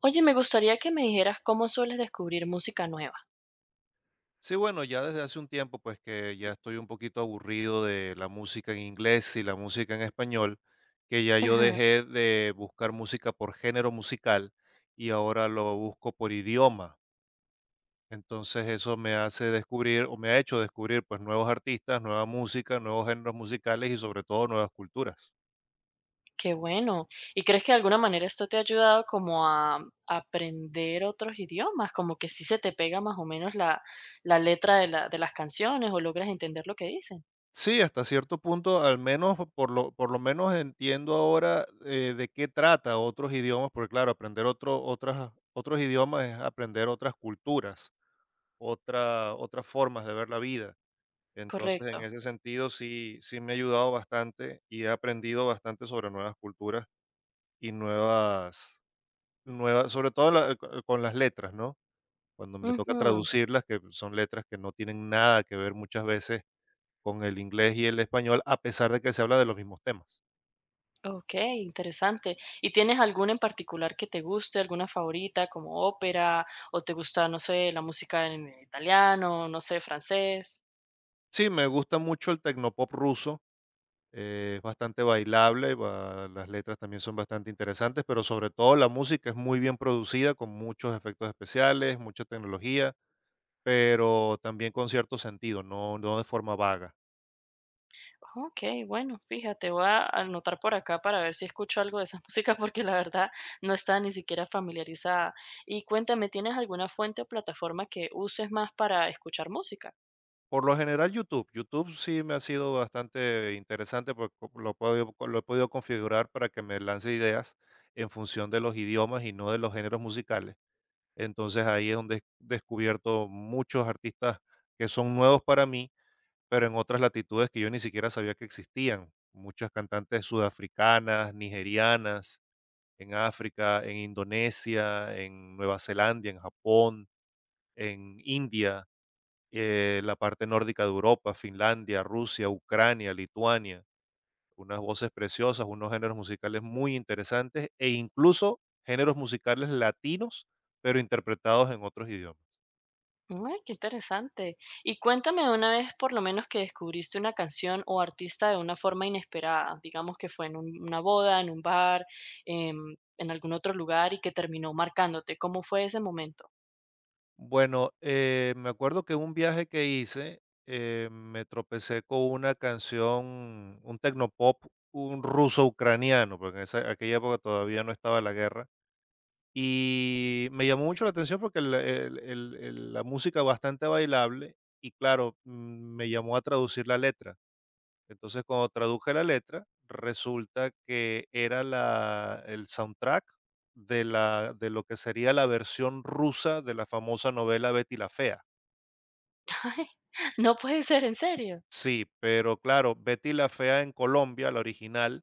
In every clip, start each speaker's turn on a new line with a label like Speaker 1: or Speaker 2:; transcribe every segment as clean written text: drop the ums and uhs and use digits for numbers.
Speaker 1: Oye, me gustaría que me dijeras cómo sueles descubrir música nueva.
Speaker 2: Sí, bueno, ya desde hace un tiempo, pues que ya estoy un poquito aburrido de la música en inglés y la música en español, que ya yo
Speaker 1: Ajá,
Speaker 2: dejé de buscar música por género musical y ahora lo busco por idioma. Entonces eso me hace descubrir o me ha hecho descubrir pues nuevos artistas, nueva música, nuevos géneros musicales y sobre todo nuevas culturas.
Speaker 1: qué bueno. ¿Y crees que de alguna manera esto te ha ayudado como a aprender otros idiomas? Como que sí se te pega más o menos la letra de, de las canciones o logras entender lo que dicen.
Speaker 2: Sí, hasta cierto punto, al menos por lo menos entiendo ahora de qué trata otros idiomas, porque claro, aprender otros idiomas es aprender otras culturas, otras formas de ver la vida. Entonces, en
Speaker 1: Correcto.
Speaker 2: ese sentido, sí, sí me ha ayudado bastante y he aprendido bastante sobre nuevas culturas y nuevas, nuevas, sobre todo con las letras, ¿no? Cuando me toca
Speaker 1: Ujú.
Speaker 2: traducirlas, que son letras que no tienen nada que ver muchas veces con el inglés y el español, a pesar de que se habla de los mismos temas.
Speaker 1: Ok, interesante. ¿Y tienes alguna en particular que te guste, alguna favorita como ópera o te gusta, no sé, la música en italiano, no sé, francés?
Speaker 2: Sí, me gusta mucho el tecnopop ruso, es bastante bailable, las letras también son bastante interesantes, pero sobre todo la música es muy bien producida, con muchos efectos especiales, mucha tecnología, pero también con cierto sentido, no, no de forma vaga.
Speaker 1: Ok, bueno, fíjate, voy a anotar por acá para ver si escucho algo de esa música porque la verdad no está ni siquiera familiarizada. Y cuéntame, ¿tienes alguna fuente o plataforma que uses más para escuchar música?
Speaker 2: Por lo general YouTube sí me ha sido bastante interesante porque lo he podido configurar para que me lance ideas en función de los idiomas y no de los géneros musicales. Entonces ahí es donde he descubierto muchos artistas que son nuevos para mí, pero en otras latitudes que yo ni siquiera sabía que existían. Muchas cantantes sudafricanas, nigerianas, en África, en Indonesia, en Nueva Zelanda, en Japón, en India, la parte nórdica de Europa, Finlandia, Rusia, Ucrania, Lituania. Unas voces preciosas, unos géneros musicales muy interesantes e incluso géneros musicales latinos, pero interpretados en otros idiomas.
Speaker 1: Ay, qué interesante. Y cuéntame de una vez por lo menos que descubriste una canción o artista de una forma inesperada, digamos que fue en una boda, en un bar, en algún otro lugar y que terminó marcándote. ¿Cómo fue ese momento?
Speaker 2: Bueno, me acuerdo que un viaje que hice, me tropecé con una canción, un tecnopop, un ruso ucraniano, porque en aquella época todavía no estaba la guerra. Y me llamó mucho la atención porque la música bastante bailable y claro, me llamó a traducir la letra. Entonces, cuando traduje la letra, resulta que era la el soundtrack de lo que sería la versión rusa de la famosa novela Betty la Fea.
Speaker 1: Ay, no puede ser, en serio.
Speaker 2: Sí, pero claro, Betty la Fea en Colombia, la original,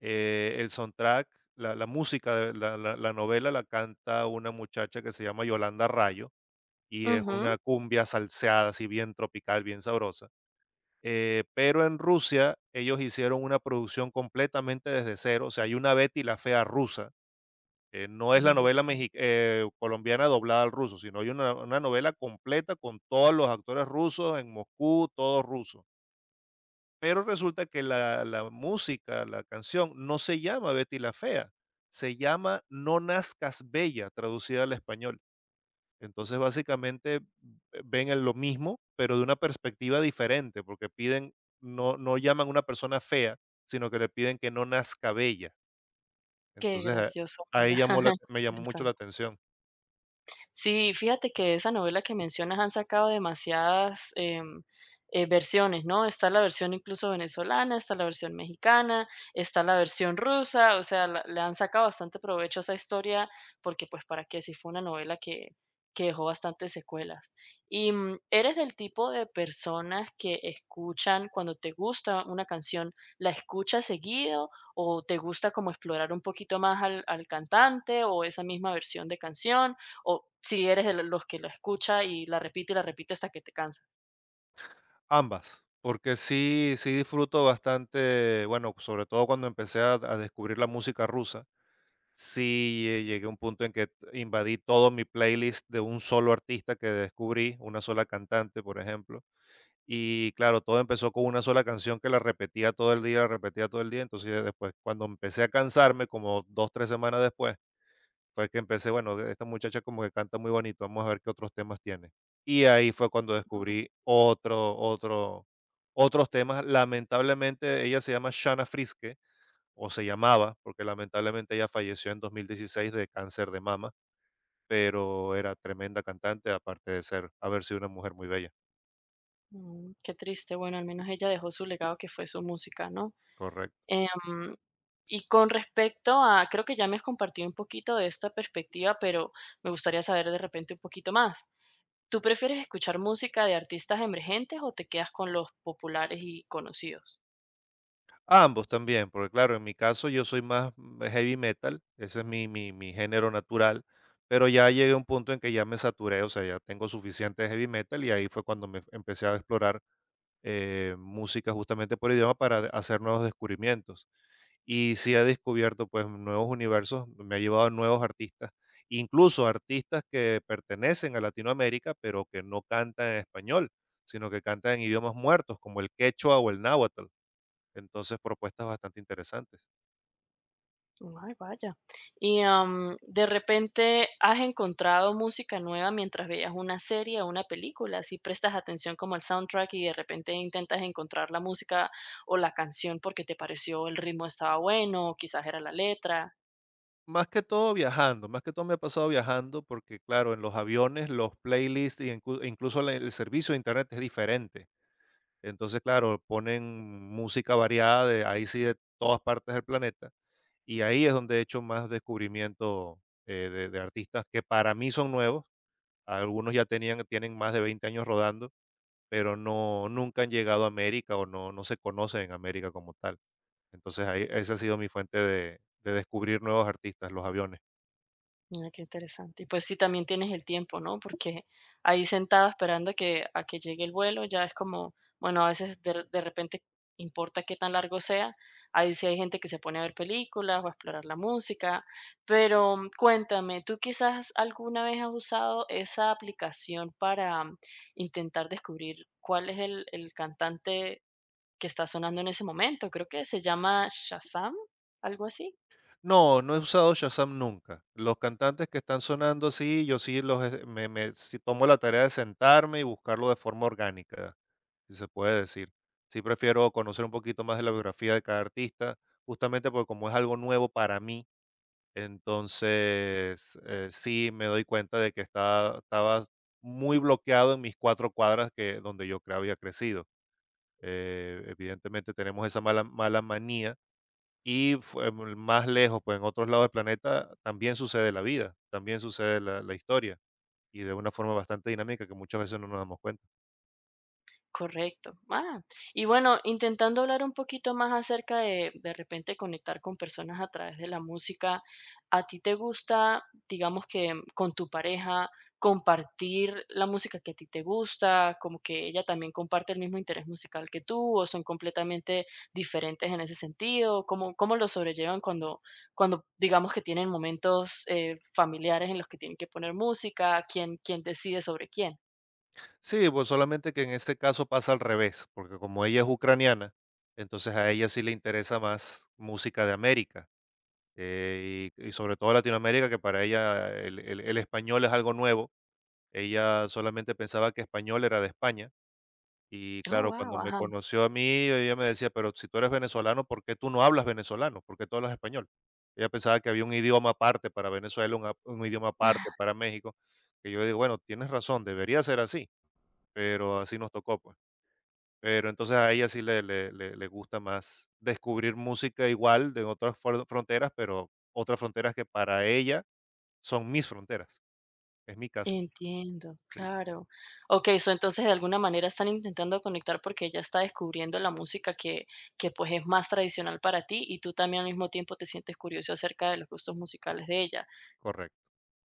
Speaker 2: el soundtrack, la música de la novela la canta una muchacha que se llama Yolanda Rayo, y es una
Speaker 1: Ujú,
Speaker 2: cumbia salseada, así bien tropical, bien sabrosa. Pero en Rusia ellos hicieron una producción completamente desde cero. O sea, hay una Betty la Fea rusa. No es la
Speaker 1: no lo
Speaker 2: novela
Speaker 1: sé.
Speaker 2: colombiana doblada al ruso, sino hay una novela completa con todos los actores rusos en Moscú, todos rusos. Pero resulta que la música, la canción, no se llama Betty la Fea, se llama No Nazcas Bella, traducida al español. Entonces, básicamente, ven lo mismo, pero de una perspectiva diferente, porque piden, no, no llaman a una persona fea, sino que le piden que no nazca bella.
Speaker 1: Qué
Speaker 2: Entonces,
Speaker 1: gracioso,
Speaker 2: ahí
Speaker 1: mira,
Speaker 2: llamó me llamó mucho la
Speaker 1: interesante.
Speaker 2: atención.
Speaker 1: Sí, fíjate que de esa novela que mencionas han sacado demasiadas versiones, ¿no? Está la versión incluso venezolana, está la versión mexicana, está la versión rusa, o sea, la- le han sacado bastante provecho a esa historia porque pues para qué si fue una novela que dejó bastantes secuelas. ¿Y eres del tipo de personas que escuchan cuando te gusta una canción, la escuchas seguido o te gusta como explorar un poquito más al cantante o esa misma versión de canción? O si eres de los que la escucha y la repite hasta que te cansas.
Speaker 2: Ambas, porque sí, sí disfruto bastante, bueno, sobre todo cuando empecé a descubrir la música rusa, sí llegué a un punto en que invadí todo mi playlist de un solo artista que descubrí, una sola cantante, por ejemplo. Y claro, todo empezó con una sola canción que la repetía todo el día, la repetía todo el día. Entonces, ya después, cuando empecé a cansarme, como 2 3 semanas después, fue que empecé, bueno, esta muchacha como que canta muy bonito, vamos a ver qué otros temas tiene. Y ahí fue cuando descubrí otros temas. Lamentablemente, ella se llama Shana Friske, o se llamaba, porque lamentablemente ella falleció en 2016 de cáncer de mama, pero era tremenda cantante, aparte de ser haber sido una mujer muy bella.
Speaker 1: Mm, qué triste. Bueno, al menos ella dejó su legado que fue su música, ¿no?
Speaker 2: Correcto.
Speaker 1: Em, y con respecto a, creo que ya me has compartido un poquito de esta perspectiva, pero me gustaría saber de repente un poquito más. ¿Tú prefieres escuchar música de artistas emergentes o te quedas con los populares y conocidos?
Speaker 2: Ambos también, porque claro, en mi caso yo soy más heavy metal, ese es mi género natural, pero ya llegué a un punto en que ya me saturé, o sea, ya tengo suficiente heavy metal y ahí fue cuando me empecé a explorar música justamente por idioma para hacer nuevos descubrimientos. Y sí he descubierto pues nuevos universos, me ha llevado a nuevos artistas, incluso artistas que pertenecen a Latinoamérica, pero que no cantan en español, sino que cantan en idiomas muertos, como el quechua o el náhuatl. Entonces, propuestas bastante interesantes.
Speaker 1: Ay, vaya. Y de repente has encontrado música nueva mientras veías una serie o una película, si prestas atención como al soundtrack y de repente intentas encontrar la música o la canción porque te pareció el ritmo estaba bueno, o quizás era la letra.
Speaker 2: Más que todo viajando, más que todo me ha pasado viajando porque, claro, en los aviones los playlists y e incluso el servicio de internet es diferente. Entonces, claro, ponen música variada de ahí sí de todas partes del planeta. Y ahí es donde he hecho más descubrimiento de artistas que para mí son nuevos. Algunos ya tenían, tienen más de 20 años rodando, pero no, nunca han llegado a América o no, no se conocen en América como tal. Entonces, ahí esa ha sido mi fuente de descubrir nuevos artistas, los aviones.
Speaker 1: Mira, qué interesante. Y pues sí, también tienes el tiempo, ¿no? Porque ahí sentada esperando a que llegue el vuelo, ya es como, bueno, a veces de repente importa qué tan largo sea. Ahí sí hay gente que se pone a ver películas o a explorar la música. Pero cuéntame, ¿tú quizás alguna vez has usado esa aplicación para intentar descubrir cuál es el cantante que está sonando en ese momento? Creo que se llama Shazam, algo así.
Speaker 2: No, no he usado Shazam nunca. Los cantantes que están sonando, sí, yo sí los, me sí tomo la tarea de sentarme y buscarlo de forma orgánica, si se puede decir. Sí prefiero conocer un poquito más de la biografía de cada artista, justamente porque como es algo nuevo para mí, entonces, sí me doy cuenta de que estaba muy bloqueado en mis 4 cuadras que donde yo había crecido. Evidentemente tenemos esa mala, mala manía y más lejos, pues en otros lados del planeta también sucede la vida, también sucede la historia y de una forma bastante dinámica que muchas veces no nos damos cuenta.
Speaker 1: Correcto. Ah, y bueno, intentando hablar un poquito más acerca de repente conectar con personas a través de la música, ¿a ti te gusta, digamos que con tu pareja, compartir la música que a ti te gusta, como que ella también comparte el mismo interés musical que tú, o son completamente diferentes en ese sentido? ¿Cómo, cómo lo sobrellevan cuando, cuando digamos que tienen momentos familiares en los que tienen que poner música? ¿Quién, quién decide sobre quién?
Speaker 2: Sí, pues solamente que en este caso pasa al revés, porque como ella es ucraniana, entonces a ella sí le interesa más música de América, y sobre todo Latinoamérica, que para ella el español es algo nuevo. Ella solamente pensaba que español era de España. Y
Speaker 1: Oh,
Speaker 2: claro, cuando
Speaker 1: wow,
Speaker 2: me
Speaker 1: ajá.
Speaker 2: conoció a mí, ella me decía: "Pero si tú eres venezolano, ¿por qué tú no hablas venezolano? ¿Por qué tú hablas español?". Ella pensaba que había un idioma aparte para Venezuela, un idioma aparte para México, que yo digo: "Bueno, tienes razón, debería ser así", pero así nos tocó, pues. Pero entonces a ella sí le gusta más descubrir música igual de otras fuer fronteras, pero otras fronteras que para ella son mis fronteras, es mi casa,
Speaker 1: Entiendo,
Speaker 2: sí.
Speaker 1: claro. Okey, so, entonces, de alguna manera están intentando conectar porque ella está descubriendo la música que pues, es más tradicional para ti, y tú también al mismo tiempo te sientes curioso acerca de los gustos musicales de ella.
Speaker 2: Correcto,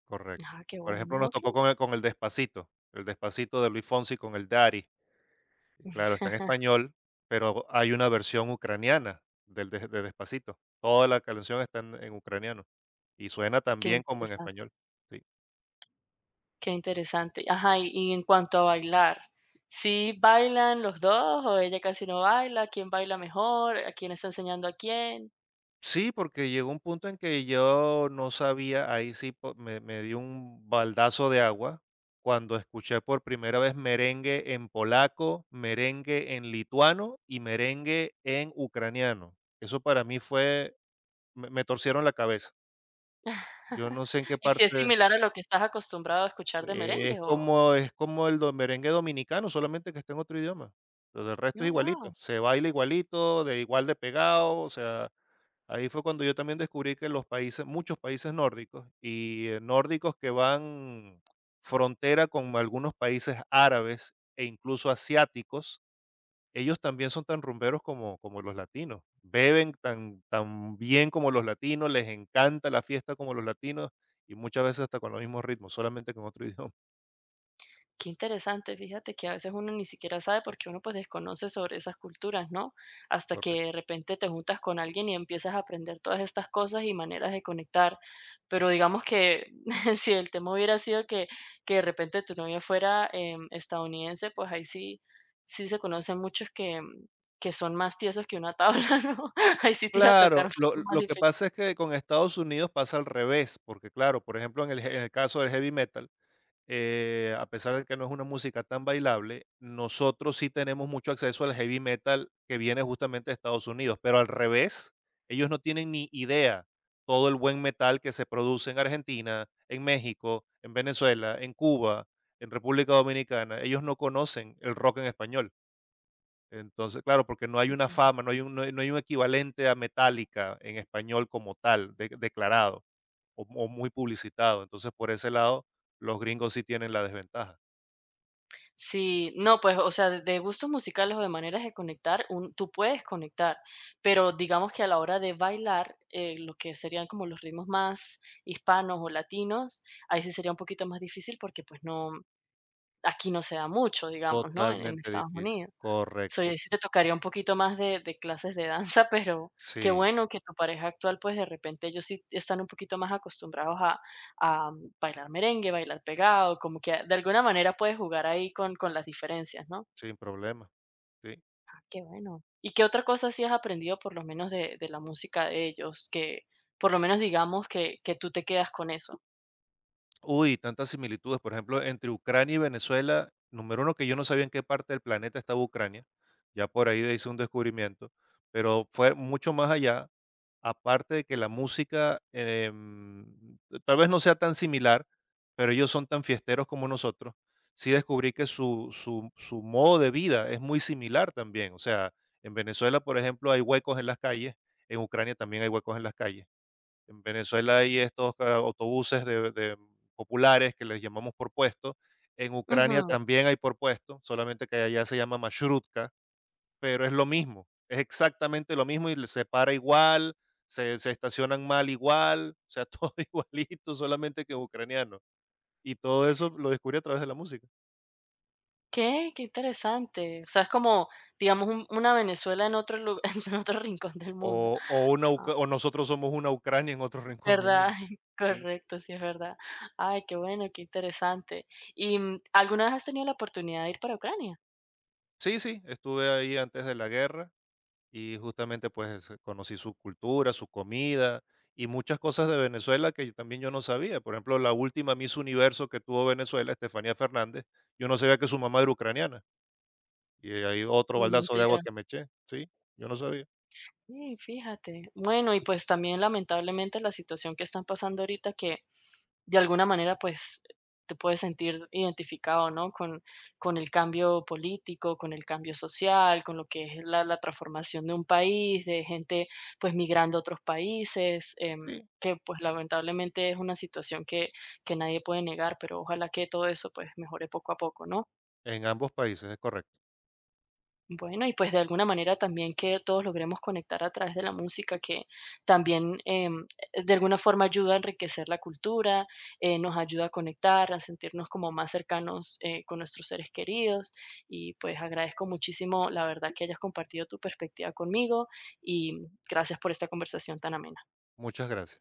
Speaker 2: correcto.
Speaker 1: Ah, qué
Speaker 2: Por ejemplo,
Speaker 1: bueno,
Speaker 2: nos tocó
Speaker 1: okey.
Speaker 2: con el Despacito, el Despacito de Luis Fonsi con el Daddy. Claro, está en español, pero hay una versión ucraniana del de Despacito. Toda la canción está en ucraniano y suena tan
Speaker 1: Qué
Speaker 2: bien como en
Speaker 1: interesante,
Speaker 2: español. Sí.
Speaker 1: qué interesante. Ajá, y en cuanto a bailar, ¿sí bailan los 2 o ella casi no baila? ¿Quién baila mejor? ¿A quién está enseñando a quién?
Speaker 2: Sí, porque llegó un punto en que yo no sabía, ahí sí me dio un baldazo de agua cuando escuché por primera vez merengue en polaco, merengue en lituano y merengue en ucraniano. Eso para mí fue, me torcieron la cabeza. Yo no sé en qué
Speaker 1: ¿Y si es
Speaker 2: parte.
Speaker 1: similar a lo que estás acostumbrado a escuchar de
Speaker 2: eh, Es
Speaker 1: merengue o?
Speaker 2: como es como el do merengue dominicano, solamente que está en otro idioma. Lo del resto es
Speaker 1: Oh,
Speaker 2: igualito,
Speaker 1: wow.
Speaker 2: se baila igualito, de igual de pegado, o sea, ahí fue cuando yo también descubrí que los países muchos países nórdicos que van frontera con algunos países árabes e incluso asiáticos, ellos también son tan rumberos como los latinos. Beben tan tan bien como los latinos, les encanta la fiesta como los latinos y muchas veces hasta con los mismos ritmos, solamente con otro idioma.
Speaker 1: Qué interesante, fíjate que a veces uno ni siquiera sabe porque uno pues desconoce sobre esas culturas, ¿no? Hasta que de
Speaker 2: Correcto.
Speaker 1: repente te juntas con alguien y empiezas a aprender todas estas cosas y maneras de conectar. Pero digamos que si el tema hubiera sido que de repente tu novia fuera estadounidense, pues ahí sí, sí se conocen muchos que son más tiesos que una tabla, ¿no? Ahí sí te iba a tocar
Speaker 2: Claro, lo
Speaker 1: mucho más
Speaker 2: lo que pasa
Speaker 1: difícil.
Speaker 2: es que con Estados Unidos pasa al revés, porque claro, por ejemplo, en el caso del heavy metal, a pesar de que no es una música tan bailable, nosotros sí tenemos mucho acceso al heavy metal que viene justamente de Estados Unidos, pero al revés, ellos no tienen ni idea todo el buen metal que se produce en Argentina, en México, en Venezuela, en Cuba, en República Dominicana. Ellos no conocen el rock en español. Entonces, claro, porque no hay una fama, no hay un equivalente a Metallica en español como tal, declarado o muy publicitado. Entonces, por ese lado, los gringos sí tienen la desventaja.
Speaker 1: Sí, no, pues, o sea, de gustos musicales o de maneras de conectar, un tú puedes conectar, pero digamos que a la hora de bailar, lo que serían como los ritmos más hispanos o latinos, ahí sí sería un poquito más difícil porque, pues, no aquí no se da mucho, digamos, ¿no? En
Speaker 2: Totalmente
Speaker 1: Estados
Speaker 2: difícil.
Speaker 1: Unidos
Speaker 2: Correcto.
Speaker 1: soy sí te tocaría un poquito más de clases de danza, pero qué
Speaker 2: Sí,
Speaker 1: bueno que tu pareja actual, pues, de repente ellos sí están un poquito más acostumbrados a bailar merengue, bailar pegado, como que de alguna manera puedes jugar ahí con las diferencias, ¿no?
Speaker 2: sin problema. Sí.
Speaker 1: Ah, qué bueno. ¿Y qué otra cosa sí has aprendido, por lo menos de la música de ellos? Que, por lo menos, digamos que tú te quedas con eso.
Speaker 2: Uy, tantas similitudes. Por ejemplo, entre Ucrania y Venezuela, número uno, que yo no sabía en qué parte del planeta estaba Ucrania. Ya por ahí hice un descubrimiento, pero fue mucho más allá. Aparte de que la música, tal vez no sea tan similar, pero ellos son tan fiesteros como nosotros. Sí descubrí que su modo de vida es muy similar también. O sea, en Venezuela, por ejemplo, hay huecos en las calles, en Ucrania también hay huecos en las calles. En Venezuela hay estos ca autobuses de populares que les llamamos por puesto. En Ucrania
Speaker 1: Ujú.
Speaker 2: también hay por puesto, solamente que allá se llama marshrutka. Pero es lo mismo, es exactamente lo mismo y le se para igual, se estacionan mal igual, o sea, todo igualito, solamente que en ucraniano. Y todo eso lo descubrí a través de la música.
Speaker 1: ¿Qué? Qué interesante. O sea, es como, digamos, un una Venezuela en otro lu en otro rincón del
Speaker 2: O
Speaker 1: mundo.
Speaker 2: o una uc
Speaker 1: Ah.
Speaker 2: o nosotros somos una Ucrania en otro rincón del
Speaker 1: ¿Verdad?
Speaker 2: mundo, sí.
Speaker 1: Correcto, sí, es verdad. Ay, qué bueno, qué interesante. Y, ¿alguna vez has tenido la oportunidad de ir para Ucrania?
Speaker 2: Sí, sí, estuve ahí antes de la guerra y justamente, pues, conocí su cultura, su comida y muchas cosas de Venezuela que también yo no sabía. Por ejemplo, la última Miss Universo que tuvo Venezuela, Estefanía Fernández, yo no sabía que su mamá era ucraniana. Y hay otro
Speaker 1: Me
Speaker 2: baldazo de agua
Speaker 1: entero.
Speaker 2: que me eché. Sí, yo no sabía.
Speaker 1: Sí, fíjate. Bueno, y pues también lamentablemente la situación que están pasando ahorita que de alguna manera, pues te puedes sentir identificado, ¿no? Con el cambio político, con el cambio social, con lo que es la, la transformación de un país, de gente pues migrando a otros países,
Speaker 2: Sí,
Speaker 1: que pues lamentablemente es una situación que nadie puede negar, pero ojalá que todo eso pues mejore poco a poco, ¿no?
Speaker 2: en ambos países, es correcto.
Speaker 1: Bueno, y pues de alguna manera también que todos logremos conectar a través de la música, que también de alguna forma ayuda a enriquecer la cultura, nos ayuda a conectar, a sentirnos como más cercanos con nuestros seres queridos. Y pues agradezco muchísimo, la verdad, que hayas compartido tu perspectiva conmigo y gracias por esta conversación tan amena.
Speaker 2: Muchas gracias.